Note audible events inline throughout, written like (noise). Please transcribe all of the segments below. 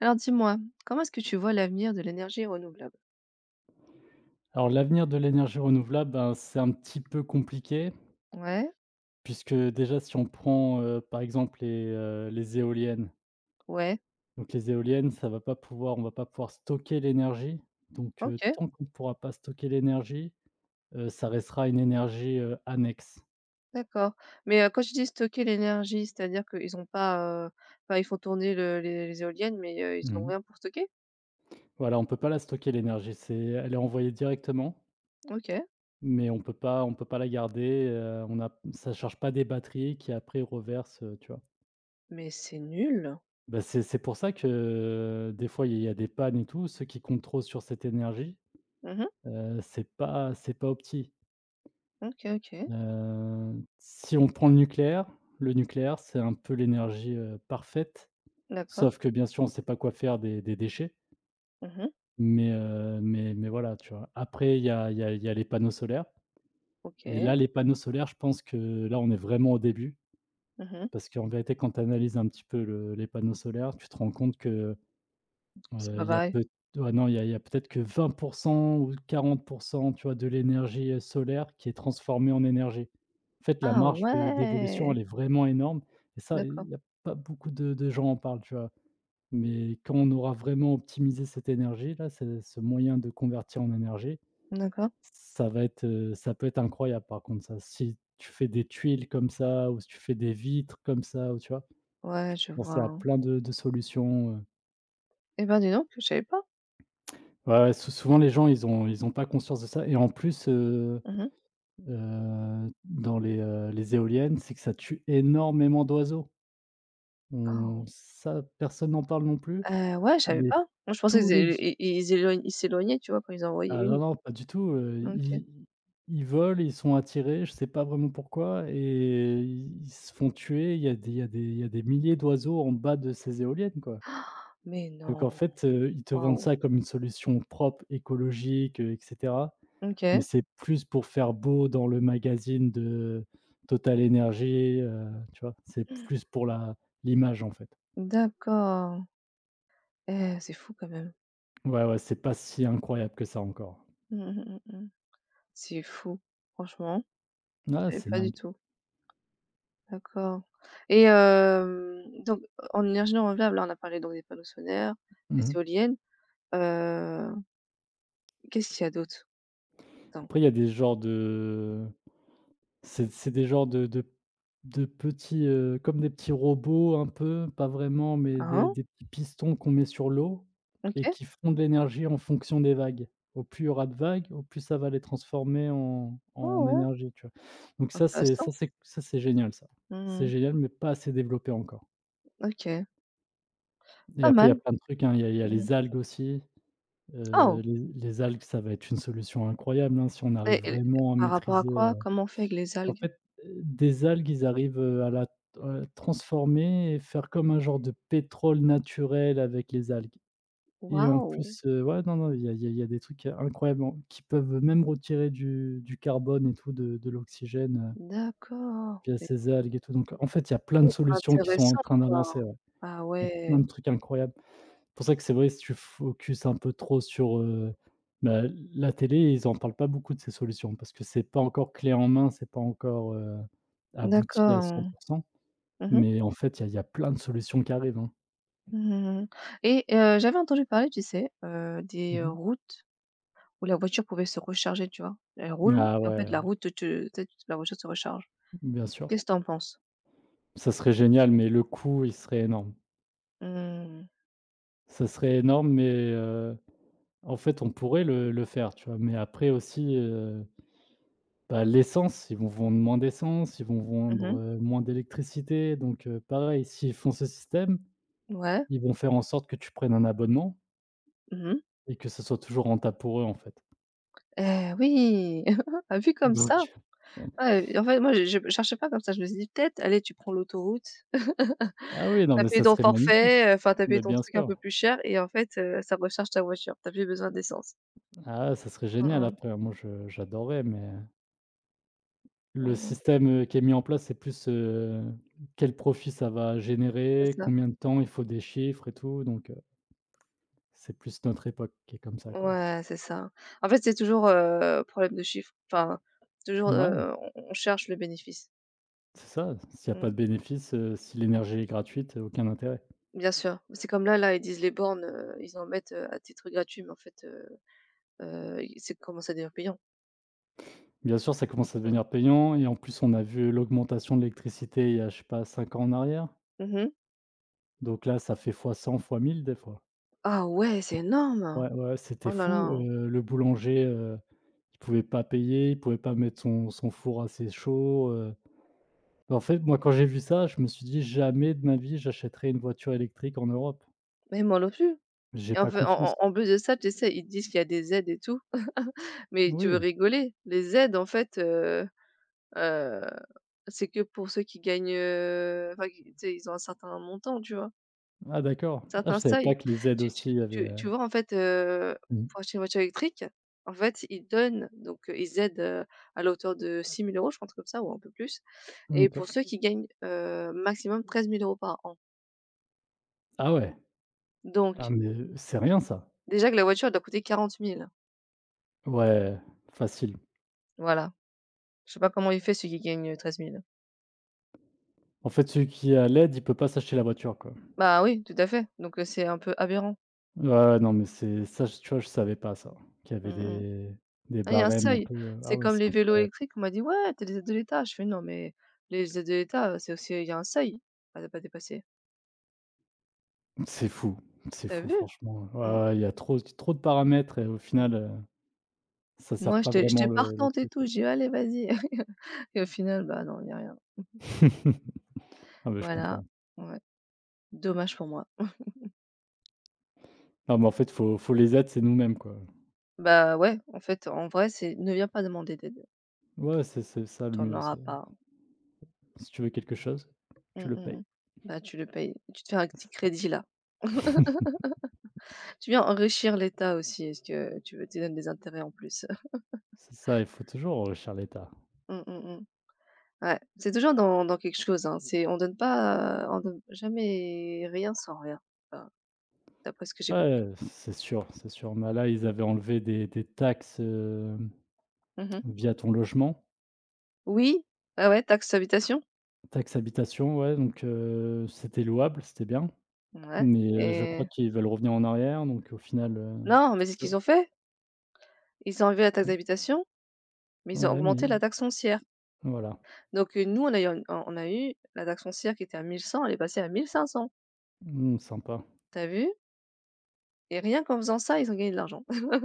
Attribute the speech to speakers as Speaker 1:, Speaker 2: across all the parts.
Speaker 1: Alors dis-moi, comment est-ce que tu vois l'avenir de l'énergie renouvelable?
Speaker 2: Alors l'avenir de l'énergie renouvelable, ben, c'est un petit peu compliqué
Speaker 1: Ouais,
Speaker 2: puisque déjà si on prend, par exemple les éoliennes.
Speaker 1: ouais,
Speaker 2: Donc les éoliennes, ça va pas pouvoir on va pas pouvoir stocker l'énergie. Donc,
Speaker 1: OK,
Speaker 2: tant qu'on ne pourra pas stocker l'énergie, ça restera une énergie, annexe.
Speaker 1: d'accord. Mais, quand tu dis stocker l'énergie, c'est-à-dire qu'ils ont pas, enfin ils font tourner le les éoliennes, mais, ils ont
Speaker 2: Mmh.
Speaker 1: rien pour stocker?
Speaker 2: Voilà, on peut pas la stocker l'énergie, c'est elle est envoyée directement,
Speaker 1: OK,
Speaker 2: mais on peut pas la garder, on a ça charge pas des batteries qui après reversent, tu vois?
Speaker 1: mais c'est nul.
Speaker 2: Bah, c'est pour ça que, des fois, il y a des pannes et tout. Ceux qui comptent trop sur cette énergie,
Speaker 1: Mmh.
Speaker 2: c'est pas opti.
Speaker 1: OK, OK,
Speaker 2: Si on prend le nucléaire, c'est un peu l'énergie, parfaite,
Speaker 1: d'accord.
Speaker 2: sauf que, bien sûr, on ne sait pas quoi faire des déchets,
Speaker 1: Mmh.
Speaker 2: mais voilà, tu vois? Après, il y a il y a il y a les panneaux solaires et
Speaker 1: OK.
Speaker 2: là, les panneaux solaires, je pense que, là, on est vraiment au début
Speaker 1: Mmh.
Speaker 2: parce qu'en vérité, quand tu analyses un petit peu le les panneaux solaires, tu te rends compte que
Speaker 1: C'est pas
Speaker 2: Il y a
Speaker 1: pareil.
Speaker 2: peut ouais, non, il y a peut-être que 20 ou 40, tu vois, de l'énergie, solaire qui est transformée en énergie. En fait, la
Speaker 1: Ah
Speaker 2: marge de d'évolution,
Speaker 1: ouais!
Speaker 2: elle est vraiment énorme et ça,
Speaker 1: D'accord,
Speaker 2: il y a pas beaucoup de gens en parlent, tu vois? Mais quand on aura vraiment optimisé cette énergie-là, ce moyen de convertir en énergie,
Speaker 1: d'accord.
Speaker 2: ça peut être incroyable par contre ça. Si tu fais des tuiles comme ça ou si tu fais des vitres comme ça ou tu vois?
Speaker 1: Ouais,
Speaker 2: Tu peux
Speaker 1: je vois,
Speaker 2: penser à
Speaker 1: hein.
Speaker 2: plein de solutions.
Speaker 1: Eh ben, dis donc, je savais pas.
Speaker 2: Ouais, ouais, souvent les gens, ils ont pas conscience de ça et en plus,
Speaker 1: Mmh.
Speaker 2: dans les éoliennes, c'est que ça tue énormément d'oiseaux. On
Speaker 1: Ah.
Speaker 2: Ça, personne n'en parle non plus,
Speaker 1: Ouais, je savais
Speaker 2: mais
Speaker 1: pas. Moi, je pensais
Speaker 2: tous
Speaker 1: qu'ils
Speaker 2: les
Speaker 1: é i ils éloign ils s'éloignaient, tu vois, quand ils en envoyaient
Speaker 2: ah non,
Speaker 1: une.
Speaker 2: non, pas du tout,
Speaker 1: OK.
Speaker 2: ils volent, ils sont attirés, je sais pas vraiment pourquoi et ils se font tuer. Il y a des il y a des il y a des milliers d'oiseaux en bas de ces éoliennes, quoi.
Speaker 1: Mais
Speaker 2: Donc
Speaker 1: non,
Speaker 2: en fait, ils te vendent
Speaker 1: waouh!
Speaker 2: ça comme une solution propre, écologique, et cetera. Mais
Speaker 1: OK.
Speaker 2: c'est plus pour faire beau dans le magazine de TotalEnergies, tu vois? C'est plus pour la l'image, en fait.
Speaker 1: D'accord. Eh, c'est fou quand même. (laughs)
Speaker 2: Ouais, ouais, c'est pas si incroyable que ça encore.
Speaker 1: Mmh mh, mmh mh. C'est fou, franchement, je
Speaker 2: Ouais,
Speaker 1: savais
Speaker 2: c'est
Speaker 1: pas du
Speaker 2: dingue.
Speaker 1: tout. D'accord et donc en énergie non renouvelable, là, on a parlé donc des panneaux solaires, des
Speaker 2: Mmh mh.
Speaker 1: éoliennes. Heu, qu'est-ce qu'il y a d'autre? Attends.
Speaker 2: Après, il y a des genres de c'est des genres de petits, comme des petits robots un peu, pas vraiment, mais des
Speaker 1: Hein?
Speaker 2: des petits pistons qu'on met sur l'eau et
Speaker 1: OK.
Speaker 2: qui font de l'énergie en fonction des vagues. Au plus il y aura de vagues, au plus ça va les transformer en
Speaker 1: Ouais,
Speaker 2: en
Speaker 1: ouais,
Speaker 2: énergie, tu vois? Donc ça,
Speaker 1: intéressant.
Speaker 2: c'est génial ça.
Speaker 1: Mmh
Speaker 2: C'est
Speaker 1: mh.
Speaker 2: génial, mais pas assez développé encore
Speaker 1: OK.
Speaker 2: et
Speaker 1: Pas
Speaker 2: après il
Speaker 1: mal.
Speaker 2: y a plein de trucs, hein, il y a
Speaker 1: Mmh mh.
Speaker 2: les algues aussi,
Speaker 1: Oh!
Speaker 2: les algues, ça va être une solution incroyable, hein, si on
Speaker 1: Et
Speaker 2: arrive
Speaker 1: et
Speaker 2: vraiment à
Speaker 1: par rapport à
Speaker 2: maîtriser.
Speaker 1: quoi? Comment on fait avec les
Speaker 2: En
Speaker 1: algues?
Speaker 2: fait, des algues, ils arrivent, à la transformer et faire comme un genre de pétrole naturel avec les algues et en
Speaker 1: Waouh!
Speaker 2: plus, ouais, non, non, il y a il y a il y a des trucs incroyables en qui peuvent même retirer du carbone et tout, de l'oxygène,
Speaker 1: D'accord,
Speaker 2: via
Speaker 1: mais
Speaker 2: ces algues et tout, donc en fait, il y a plein de
Speaker 1: trop
Speaker 2: solutions qui sont en
Speaker 1: intéressant
Speaker 2: train
Speaker 1: quoi.
Speaker 2: d'avancer, ouais.
Speaker 1: Ah
Speaker 2: Il y a plein
Speaker 1: ouais,
Speaker 2: de trucs incroyables. Pour ça que c'est vrai, si tu focuses un peu trop sur, bah, la télé, ils en parlent pas beaucoup de ces solutions parce que c'est pas encore clé en main, c'est pas encore, abouti à
Speaker 1: d'accord.
Speaker 2: cent pour 100.
Speaker 1: Mmh mh.
Speaker 2: Mais en fait, il y a plein de solutions qui arrivent, hein.
Speaker 1: Mmh mmh. Et j'avais entendu parler, tu sais, des
Speaker 2: Mmh.
Speaker 1: routes où la voiture pouvait se recharger, tu vois? Elle roule
Speaker 2: Ah
Speaker 1: et en fait
Speaker 2: ouais,
Speaker 1: la
Speaker 2: ouais,
Speaker 1: route te tu sais, la voiture se recharge.
Speaker 2: bien sûr.
Speaker 1: Qu'est-ce que tu penses?
Speaker 2: Ça serait génial, mais le coût, il serait énorme.
Speaker 1: Mmh.
Speaker 2: Ça serait énorme, mais en fait, on pourrait le faire, tu vois? Mais après aussi, bah, l'essence, ils vont vendre moins d'essence, ils vont
Speaker 1: Mmh.
Speaker 2: vendre, moins d'électricité, donc pareil, s'ils font ce système.
Speaker 1: Ouais.
Speaker 2: Ils vont faire en sorte que tu prennes un abonnement
Speaker 1: Mmh.
Speaker 2: et que ce soit toujours rentable pour eux, en fait.
Speaker 1: Eh oui! (laughs) vu comme
Speaker 2: Donc
Speaker 1: ça.
Speaker 2: (laughs)
Speaker 1: Ah, en fait, moi, je cherchais pas comme ça. Je me suis dit: «Peut-être, allez, tu prends l'autoroute, (laughs) tu
Speaker 2: ah oui, non,
Speaker 1: as
Speaker 2: mais
Speaker 1: payé
Speaker 2: ça
Speaker 1: ton
Speaker 2: serait magnifique.
Speaker 1: forfait, enfin, tu as payé
Speaker 2: Bah,
Speaker 1: ton
Speaker 2: bien
Speaker 1: truc un
Speaker 2: sûr.
Speaker 1: peu plus cher et en fait, ça recharge ta voiture. Tu as plus besoin d'essence».
Speaker 2: Ah, ça serait
Speaker 1: Mmh
Speaker 2: génial
Speaker 1: mh.
Speaker 2: après, moi je j'adorerais, mais le
Speaker 1: Mmh mh.
Speaker 2: système, qui est mis en place, c'est plus, quel profit ça va
Speaker 1: C'est
Speaker 2: générer,
Speaker 1: ça.
Speaker 2: combien de temps, il faut des chiffres et tout, donc c'est plus notre époque qui est comme ça, quoi.
Speaker 1: Ouais, c'est ça. En fait, c'est toujours, problème de chiffres. Enfin, toujours,
Speaker 2: Ouais,
Speaker 1: on cherche le bénéfice.
Speaker 2: c'est ça, s'il y a pas
Speaker 1: Mmh.
Speaker 2: de bénéfice, si l'énergie est gratuite, aucun intérêt.
Speaker 1: Bien sûr. C'est comme là là, ils disent les bornes, ils en mettent, à titre gratuit, mais en fait, ils c'est commence à devenir payant.
Speaker 2: Bien sûr, ça commence à
Speaker 1: Mmh.
Speaker 2: devenir payant et en plus, on a vu l'augmentation de l'électricité il y a, je sais pas, 5 ans en arrière.
Speaker 1: Mmh mh.
Speaker 2: Donc là, ça fait fois 100, fois 1000 des fois.
Speaker 1: Ah ouais, c'est énorme!
Speaker 2: Ouais, ouais, c'était
Speaker 1: Oh là
Speaker 2: fou.
Speaker 1: là.
Speaker 2: Le boulanger, il pouvait pas payer, il pouvait pas mettre son four assez chaud. En fait, moi, quand j'ai vu ça, je me suis dit: «Jamais de ma vie, j'achèterai une voiture électrique en Europe.
Speaker 1: Mais moi non plus.
Speaker 2: J'ai
Speaker 1: Et en
Speaker 2: pas
Speaker 1: fait, en
Speaker 2: confiance».
Speaker 1: en en plus de ça, tu sais, ils disent qu'il y a des aides et tout, mais tu veux
Speaker 2: Oui.
Speaker 1: rigoler, les aides en fait, heu, c'est que pour ceux qui gagnent, enfin qui tu sais, ils ont un certain montant, tu vois?
Speaker 2: Ah d'accord. Ah, je
Speaker 1: Certains
Speaker 2: savais pas
Speaker 1: seuils.
Speaker 2: que les aides
Speaker 1: Tu tu
Speaker 2: aussi avaient,
Speaker 1: tu
Speaker 2: heu,
Speaker 1: tu vois en fait,
Speaker 2: Mmh,
Speaker 1: pour acheter une voiture électrique, en fait, ils donnent donc, ils aident, à la hauteur de 6 000 €, je pense comme ça ou un peu plus et
Speaker 2: OK.
Speaker 1: pour ceux qui gagnent, maximum 13 000 € par an.
Speaker 2: Ah ouais. Ah
Speaker 1: Donc
Speaker 2: mais, c'est rien ça.
Speaker 1: déjà que la voiture elle doit coûter 40 000,
Speaker 2: Ouais, facile.
Speaker 1: voilà. Je sais pas comment il fait celui qui gagne, 13.
Speaker 2: En fait, celui qui a l'aide, il peut pas s'acheter la voiture, quoi.
Speaker 1: Bah, oui, tout à fait, donc c'est un peu aberrant.
Speaker 2: Ouais, non, mais c'est ça, je tu vois, je savais pas ça, qu'il y
Speaker 1: Mmh
Speaker 2: avait
Speaker 1: mh.
Speaker 2: des
Speaker 1: Ah, il y a un
Speaker 2: barèmes un
Speaker 1: seuil.
Speaker 2: peu, ah
Speaker 1: C'est
Speaker 2: ouais,
Speaker 1: comme
Speaker 2: c'est
Speaker 1: les vélos
Speaker 2: incroyable.
Speaker 1: électriques, on m'a dit: «Ouais, t'as des aides de l'État». Je fais: «Non, mais les aides de l'État, c'est aussi il y a un seuil à ne pas dépasser».
Speaker 2: C'est fou, c'est
Speaker 1: T'as
Speaker 2: fou
Speaker 1: vu?
Speaker 2: franchement.
Speaker 1: Mmh mh.
Speaker 2: Ouais, ouais, il y a trop trop de paramètres et au final, ça sert
Speaker 1: Moi,
Speaker 2: pas
Speaker 1: j'étais
Speaker 2: vraiment le
Speaker 1: partante et
Speaker 2: truc,
Speaker 1: tout,
Speaker 2: quoi.
Speaker 1: j'ai dit: «Allez, vas-y» (laughs) et au final, bah, non, il y a rien.
Speaker 2: (laughs) Ah bah, je
Speaker 1: Voilà,
Speaker 2: comprends.
Speaker 1: ouais, dommage pour moi.
Speaker 2: Non, mais en fait, faut les aides, c'est nous-mêmes, quoi.
Speaker 1: Bah, ouais, en fait, en vrai, c'est ne viens pas demander d'aide.
Speaker 2: Ouais, c'est ça le
Speaker 1: T'en en
Speaker 2: mieux,
Speaker 1: auras
Speaker 2: c'est
Speaker 1: pas.
Speaker 2: si tu veux quelque chose, tu
Speaker 1: Mmh
Speaker 2: le
Speaker 1: mh mh.
Speaker 2: payes.
Speaker 1: Bah, tu le payes, tu te fais un petit
Speaker 2: C'est ça,
Speaker 1: crédit là. Tu viens enrichir l'État aussi, est-ce que tu veux? Tu donnes des intérêts en plus.
Speaker 2: c'est ça, il faut toujours enrichir l'État.
Speaker 1: Mmh, mmh mh. Ouais, c'est toujours dans quelque chose, hein. C'est on donne pas, on donne jamais rien sans rien, enfin, d'après ce que j'ai compris.
Speaker 2: Ouais, c'est sûr, c'est sûr. Mais là, ils avaient enlevé des taxes,
Speaker 1: Mmh.
Speaker 2: via ton logement,
Speaker 1: Oui, ah ouais, taxe d'habitation.
Speaker 2: taxe habitation, ouais, donc c'était louable, c'était bien.
Speaker 1: Ouais
Speaker 2: Mais je crois
Speaker 1: et
Speaker 2: qu'ils veulent revenir en arrière, donc au final,
Speaker 1: non, mais c'est ce
Speaker 2: ça
Speaker 1: qu'ils ont fait. Ils ont enlevé la taxe d'habitation, mais ils ont
Speaker 2: ouais, mais
Speaker 1: augmenté la taxe foncière.
Speaker 2: voilà.
Speaker 1: Donc nous, on a eu la taxe foncière qui était à 1 100, elle est passée à 1 500.
Speaker 2: Mmh, sympa.
Speaker 1: Tu as vu? Et rien qu'en faisant ça, ils ont gagné de l'argent. (laughs)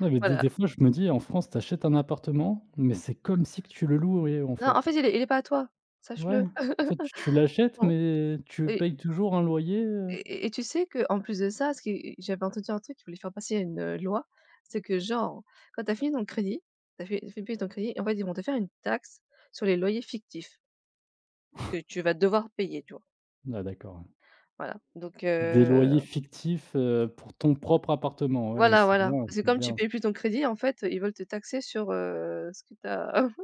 Speaker 2: Non, mais des
Speaker 1: Voilà.
Speaker 2: des fois, je me dis en France, t'achètes un appartement, mais c'est comme si que tu le louais, en
Speaker 1: Non, en
Speaker 2: fait.
Speaker 1: fait, il est pas à toi,
Speaker 2: Ouais,
Speaker 1: sache-le.
Speaker 2: en fait, tu l'achètes,
Speaker 1: (laughs)
Speaker 2: mais tu
Speaker 1: Et
Speaker 2: payes toujours un loyer.
Speaker 1: Et et tu sais que en plus de ça, ce qui j'avais entendu un truc, ils voulaient faire passer une, loi, c'est que genre, quand t'as fini ton crédit, t'as as fait payer ton crédit, en fait, ils vont te faire une taxe sur les loyers fictifs que tu vas devoir payer, tu vois?
Speaker 2: Ah d'accord.
Speaker 1: Voilà, donc
Speaker 2: Des loyers fictifs, pour ton propre appartement. Ouais, mais
Speaker 1: voilà,
Speaker 2: c'est
Speaker 1: voilà,
Speaker 2: bien,
Speaker 1: parce que
Speaker 2: c'est
Speaker 1: comme tu
Speaker 2: bien,
Speaker 1: payes plus ton crédit, en fait, ils veulent te taxer sur, ce que tu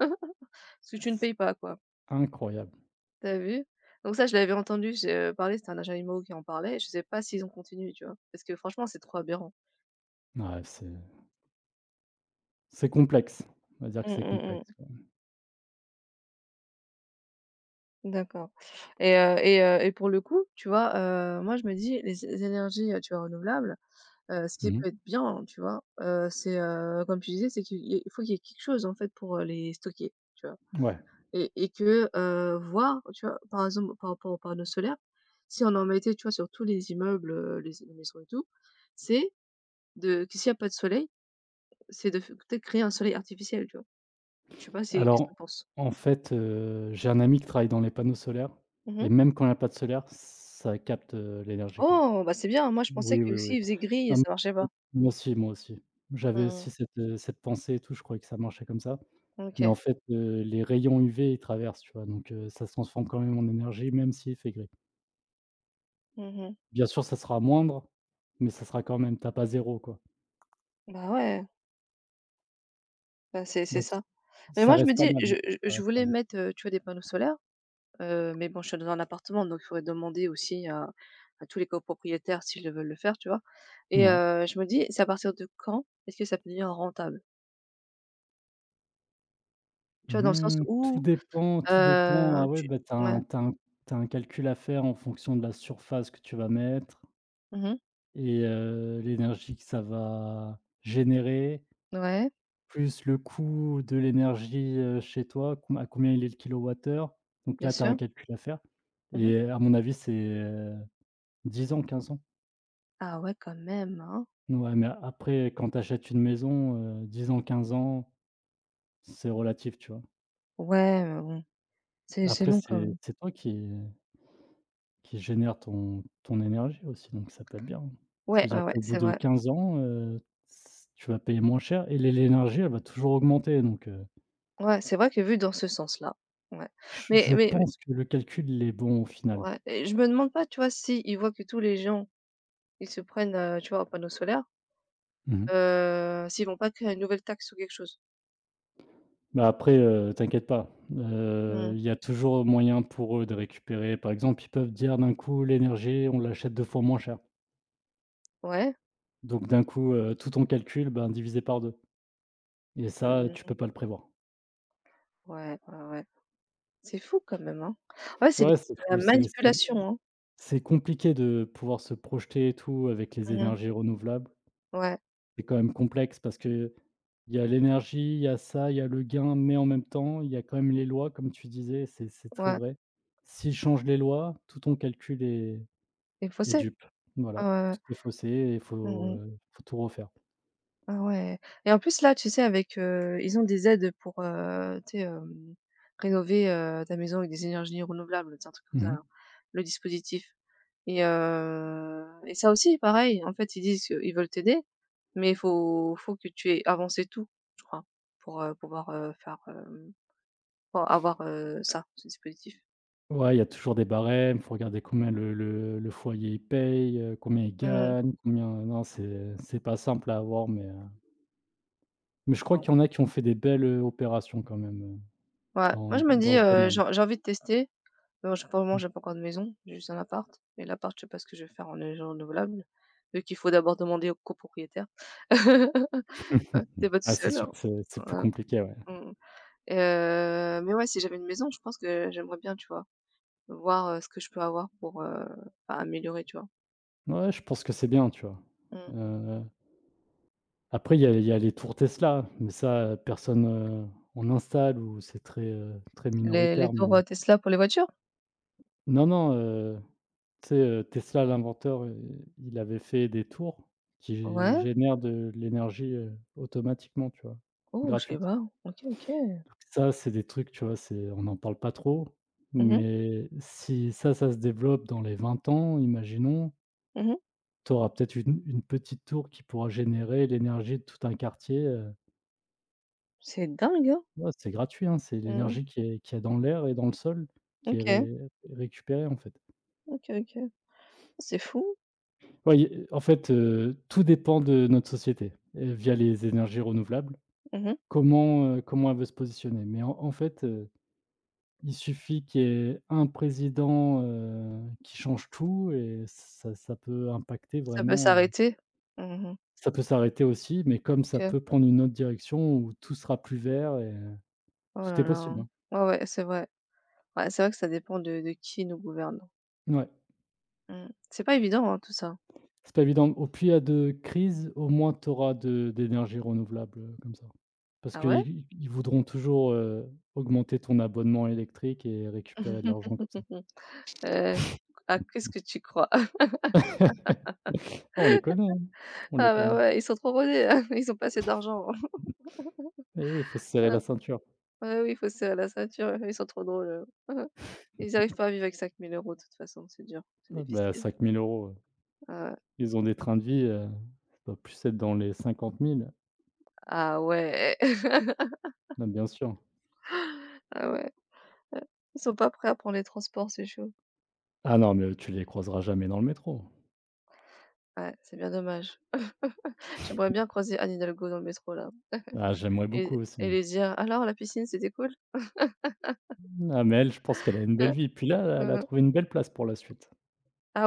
Speaker 1: (laughs) ce que tu ne payes
Speaker 2: c'est
Speaker 1: pas, quoi.
Speaker 2: incroyable.
Speaker 1: T'as vu? Donc ça, je l'avais entendu, j'ai, parler, c'était un agent immo qui en parlait, je sais pas s'ils ont continué, tu vois? Parce que franchement, c'est trop aberrant.
Speaker 2: Ouais, c'est complexe. On va dire que
Speaker 1: Mmh,
Speaker 2: c'est
Speaker 1: mmh
Speaker 2: complexe,
Speaker 1: mh.
Speaker 2: quoi.
Speaker 1: D'accord et pour le coup, tu vois, moi je me dis les é énergies, tu vois, renouvelables, ce
Speaker 2: Mmh
Speaker 1: qui
Speaker 2: mh.
Speaker 1: peut être bien, hein, tu vois, c'est, comme tu disais, c'est qu'il y ait il faut qu'il y ait quelque chose en fait pour, les stocker, tu vois?
Speaker 2: Ouais.
Speaker 1: Et que, voir, tu vois, par exemple, par rapport aux panneaux solaires, si on en mettait, tu vois, sur tous les immeubles, les maisons et tout, c'est de que s'il y a pas de soleil, c'est de f peut-être créer un soleil artificiel, tu vois? Je sais pas si qu'est-ce que tu
Speaker 2: Alors,
Speaker 1: penses?
Speaker 2: en fait, j'ai un ami qui travaille dans les panneaux solaires
Speaker 1: Mmh.
Speaker 2: et même quand il y a pas de solaire, ça capte, l'énergie quand même.
Speaker 1: Oh! Bah, c'est bien, moi je pensais
Speaker 2: Oui,
Speaker 1: que
Speaker 2: oui, oui.
Speaker 1: s'il faisait gris,
Speaker 2: Non, mais
Speaker 1: ça marchait pas.
Speaker 2: (unintelligible) moi aussi, moi aussi. J'avais
Speaker 1: Mmh.
Speaker 2: aussi cette pensée et tout, je croyais que ça marchait comme ça. Mais
Speaker 1: OK.
Speaker 2: en fait, les rayons UV, ils traversent, tu vois? Donc, ça se transforme quand même en énergie, même s'il fait gris.
Speaker 1: Mmh.
Speaker 2: Bien sûr, ça sera moindre, mais ça sera quand même tu as pas zéro, quoi.
Speaker 1: Bah, ouais, bah, c'est
Speaker 2: Donc ç
Speaker 1: ça. Mais
Speaker 2: Ça
Speaker 1: moi je me
Speaker 2: reste pas
Speaker 1: dis,
Speaker 2: mal,
Speaker 1: je je
Speaker 2: ça
Speaker 1: je
Speaker 2: reste pas
Speaker 1: voulais
Speaker 2: mal.
Speaker 1: mettre, tu vois, des panneaux solaires, mais bon, je suis dans un appartement, donc il faudrait demander aussi à tous les copropriétaires s'ils veulent le faire, tu vois? Et
Speaker 2: Ouais.
Speaker 1: je me dis, c'est à partir de quand est-ce que ça peut devenir rentable? Tu vois, dans le sens
Speaker 2: Mmh, tout
Speaker 1: où,
Speaker 2: dépend ah ouais,
Speaker 1: tu
Speaker 2: bah,
Speaker 1: ouais.
Speaker 2: tu as un calcul à faire en fonction de la surface que tu vas mettre
Speaker 1: Mmh.
Speaker 2: et l'énergie que ça va générer,
Speaker 1: Ouais,
Speaker 2: plus le coût de l'énergie, chez toi, com à combien il est le kilowattheure. Donc
Speaker 1: bien
Speaker 2: là, tu as un
Speaker 1: sûr.
Speaker 2: calcul à faire
Speaker 1: Mmh.
Speaker 2: et à mon avis, c'est, 10 ans, 15 ans.
Speaker 1: Ah ouais, quand même, hein.
Speaker 2: Ouais, mais après, quand tu achètes une maison, 10 ans, 15 ans, c'est relatif, tu vois?
Speaker 1: Ouais, mais bon, c'est
Speaker 2: Après,
Speaker 1: long quand
Speaker 2: c'est
Speaker 1: même.
Speaker 2: c'est toi qui génère ton énergie aussi, donc ça peut être bien. Ça
Speaker 1: Ouais,
Speaker 2: veut
Speaker 1: ouais,
Speaker 2: dire
Speaker 1: ouais,
Speaker 2: qu'au bout
Speaker 1: c'est
Speaker 2: de
Speaker 1: vrai.
Speaker 2: 15 ans, s tu vas payer moins cher et l'énergie, elle va toujours augmenter, donc
Speaker 1: Ouais, c'est vrai que vu dans ce sens-là, ouais.
Speaker 2: je
Speaker 1: Mais
Speaker 2: je
Speaker 1: mais
Speaker 2: pense que le calcul, il est bon au final.
Speaker 1: ouais et je me demande pas, tu vois, si ils voient que tous les gens, ils se prennent, tu vois, aux panneaux solaires,
Speaker 2: Mmh.
Speaker 1: s'ils vont pas créer une nouvelle taxe ou quelque chose?
Speaker 2: Bah, après, t'inquiète pas,
Speaker 1: Mmh.
Speaker 2: il y a toujours moyen pour eux de récupérer. Par exemple, ils peuvent dire d'un coup: «L'énergie, on l'achète 2 fois moins cher».
Speaker 1: Ouais.
Speaker 2: Donc d'un coup, tout ton calcul, ben, divisé par 2. Et ça, tu
Speaker 1: Mmh.
Speaker 2: peux pas le prévoir.
Speaker 1: Ouais, ouais, ouais. C'est fou quand même, hein. Ouais, c'est de
Speaker 2: Ouais, c'est
Speaker 1: la
Speaker 2: fou, c'est c'est
Speaker 1: manipulation, hein.
Speaker 2: c'est compliqué de pouvoir se projeter et tout avec les
Speaker 1: Mmh.
Speaker 2: énergies renouvelables.
Speaker 1: Ouais,
Speaker 2: C'est quand même complexe parce qu'il y a l'énergie, il y a ça, il y a le gain, mais en même temps, il y a quand même les lois comme tu disais, c'est très
Speaker 1: ouais.
Speaker 2: vrai. S'ils changent les lois, tout ton calcul est
Speaker 1: Il faut
Speaker 2: est
Speaker 1: c'est.
Speaker 2: dupe.
Speaker 1: Ouais,
Speaker 2: Voilà,
Speaker 1: ouais, ouais.
Speaker 2: tout est faussé et il
Speaker 1: Mmh
Speaker 2: faut,
Speaker 1: mmh.
Speaker 2: heu, faut tout refaire.
Speaker 1: Ah ouais et en plus là, tu sais avec, ils ont des aides pour, tu sais, rénover, ta maison avec des énergies renouvelables, c'est un truc comme
Speaker 2: Mmh
Speaker 1: ça là,
Speaker 2: mh.
Speaker 1: le dispositif et ça aussi pareil, en fait, ils disent qu'ils veulent t'aider, mais il faut que tu aies avancé tout, je crois, pour, pouvoir, faire, pour avoir, ça, ce dispositif.
Speaker 2: Ouais, il y a toujours des barèmes, faut regarder combien le foyer il paye, combien il
Speaker 1: Mmh.
Speaker 2: gagne, combien non, c'est pas simple à avoir, mais je crois
Speaker 1: Non.
Speaker 2: qu'il y en a qui ont fait des belles, opérations quand même,
Speaker 1: Ouais,
Speaker 2: dans
Speaker 1: moi je me dis,
Speaker 2: ce domaine.
Speaker 1: j'ai envie de tester. Non, j'ai pour le moment, j'ai pas encore de maison, j'ai juste un appart et l'appart, je sais pas ce que je vais faire en énergie renouvelable, vu qu'il faut d'abord demander au copropriétaire. (laughs) Hein, tu pas tout
Speaker 2: Ah, c'est
Speaker 1: seul, hein.
Speaker 2: sûr que c'est plus
Speaker 1: Voilà,
Speaker 2: compliqué, ouais.
Speaker 1: mmh et mais ouais, si j'avais une maison, je pense que j'aimerais bien, tu vois, voir, ce que je peux avoir pour, bah, améliorer, tu vois?
Speaker 2: Ouais, je pense que c'est bien, tu vois?
Speaker 1: Mmh.
Speaker 2: Heu, Après il y a les tours Tesla, mais ça, personne, en installe ou c'est très, très
Speaker 1: Les
Speaker 2: minoritaire,
Speaker 1: tours,
Speaker 2: mais
Speaker 1: Tesla pour les voitures?
Speaker 2: non, non, euh, tu sais, Tesla, l'inventeur, il avait fait des tours qui
Speaker 1: Ouais?
Speaker 2: génèrent de l'énergie, automatiquement, tu vois?
Speaker 1: Oh, je sais
Speaker 2: Gratuite.
Speaker 1: pas. OK, OK.
Speaker 2: Donc ça, c'est des trucs, tu vois, c'est on n'en parle pas trop,
Speaker 1: Mmh mh.
Speaker 2: mais si ça, ça se développe dans les 20 ans, imaginons,
Speaker 1: Mmh.
Speaker 2: tu auras peut-être une petite tour qui pourra générer l'énergie de tout un quartier,
Speaker 1: C'est dingue, hein?
Speaker 2: ouais, c'est gratuit, hein, c'est
Speaker 1: Mmh.
Speaker 2: l'énergie qui est dans l'air et dans le sol qui est
Speaker 1: OK.
Speaker 2: ré récupérée, en fait.
Speaker 1: OK, OK. C'est fou.
Speaker 2: Oui, en fait, tout dépend de notre société, via les énergies renouvelables.
Speaker 1: Mmh.
Speaker 2: Comment elle veut se positionner? Mais en fait, il suffit qu'il y ait un président, qui change tout et ça ça peut impacter
Speaker 1: Ça peut
Speaker 2: vraiment,
Speaker 1: s'arrêter? Mmh.
Speaker 2: ça peut s'arrêter aussi, mais comme ça
Speaker 1: OK.
Speaker 2: peut prendre une autre direction où tout sera plus vert et
Speaker 1: Oh
Speaker 2: tout
Speaker 1: là
Speaker 2: est
Speaker 1: là.
Speaker 2: possible, hein.
Speaker 1: Ouais, ouais, c'est vrai. Ouais, c'est vrai que ça dépend de qui nous gouverne.
Speaker 2: Ouais.
Speaker 1: Mmh. C'est pas évident, hein, tout ça.
Speaker 2: C'est pas évident. Au pire de crise, au moins tu auras de d'énergie renouvelable, comme ça. Parce
Speaker 1: Ah ouais?
Speaker 2: qu'ils voudront toujours, augmenter ton abonnement électrique et récupérer de l'argent comme ça.
Speaker 1: (laughs) Heu, ah, qu'est-ce que tu crois? (laughs)
Speaker 2: (laughs) Ah on les connaît, hein, on les
Speaker 1: Ah bah,
Speaker 2: connaît.
Speaker 1: ouais, ils sont trop rodés, hein, (laughs) ils ont pas assez d'argent. (laughs)
Speaker 2: Eh oui, il faut se serrer la ceinture.
Speaker 1: Ouais, oui, il faut serrer la ceinture, ils sont trop drôles. (laughs) Ils arrivent pas à vivre avec cinq mille euros, de toute façon, c'est dur, c'est
Speaker 2: Ah bah
Speaker 1: difficile.
Speaker 2: 5 000 €, heu,
Speaker 1: Ouais.
Speaker 2: ils ont des trains de vie, ça doit plus être dans les 50 000.
Speaker 1: Ah ouais. (laughs)
Speaker 2: Bah, bien sûr.
Speaker 1: Ah ouais, ouais. Ils sont pas prêts à prendre les transports, c'est chaud.
Speaker 2: Ah non, mais, tu les croiseras jamais dans le métro.
Speaker 1: Ouais, c'est bien dommage. (laughs) J'aimerais bien croiser Anne Hidalgo dans le métro, là.
Speaker 2: Ah j'aimerais beaucoup
Speaker 1: Et
Speaker 2: aussi.
Speaker 1: et lui dire: «Alors la piscine, c'était cool?
Speaker 2: Ah mais elle, je pense qu'elle a une belle
Speaker 1: Heu,
Speaker 2: vie. Puis là, elle a
Speaker 1: heu,
Speaker 2: trouvé une belle place pour la suite.
Speaker 1: ah ouais?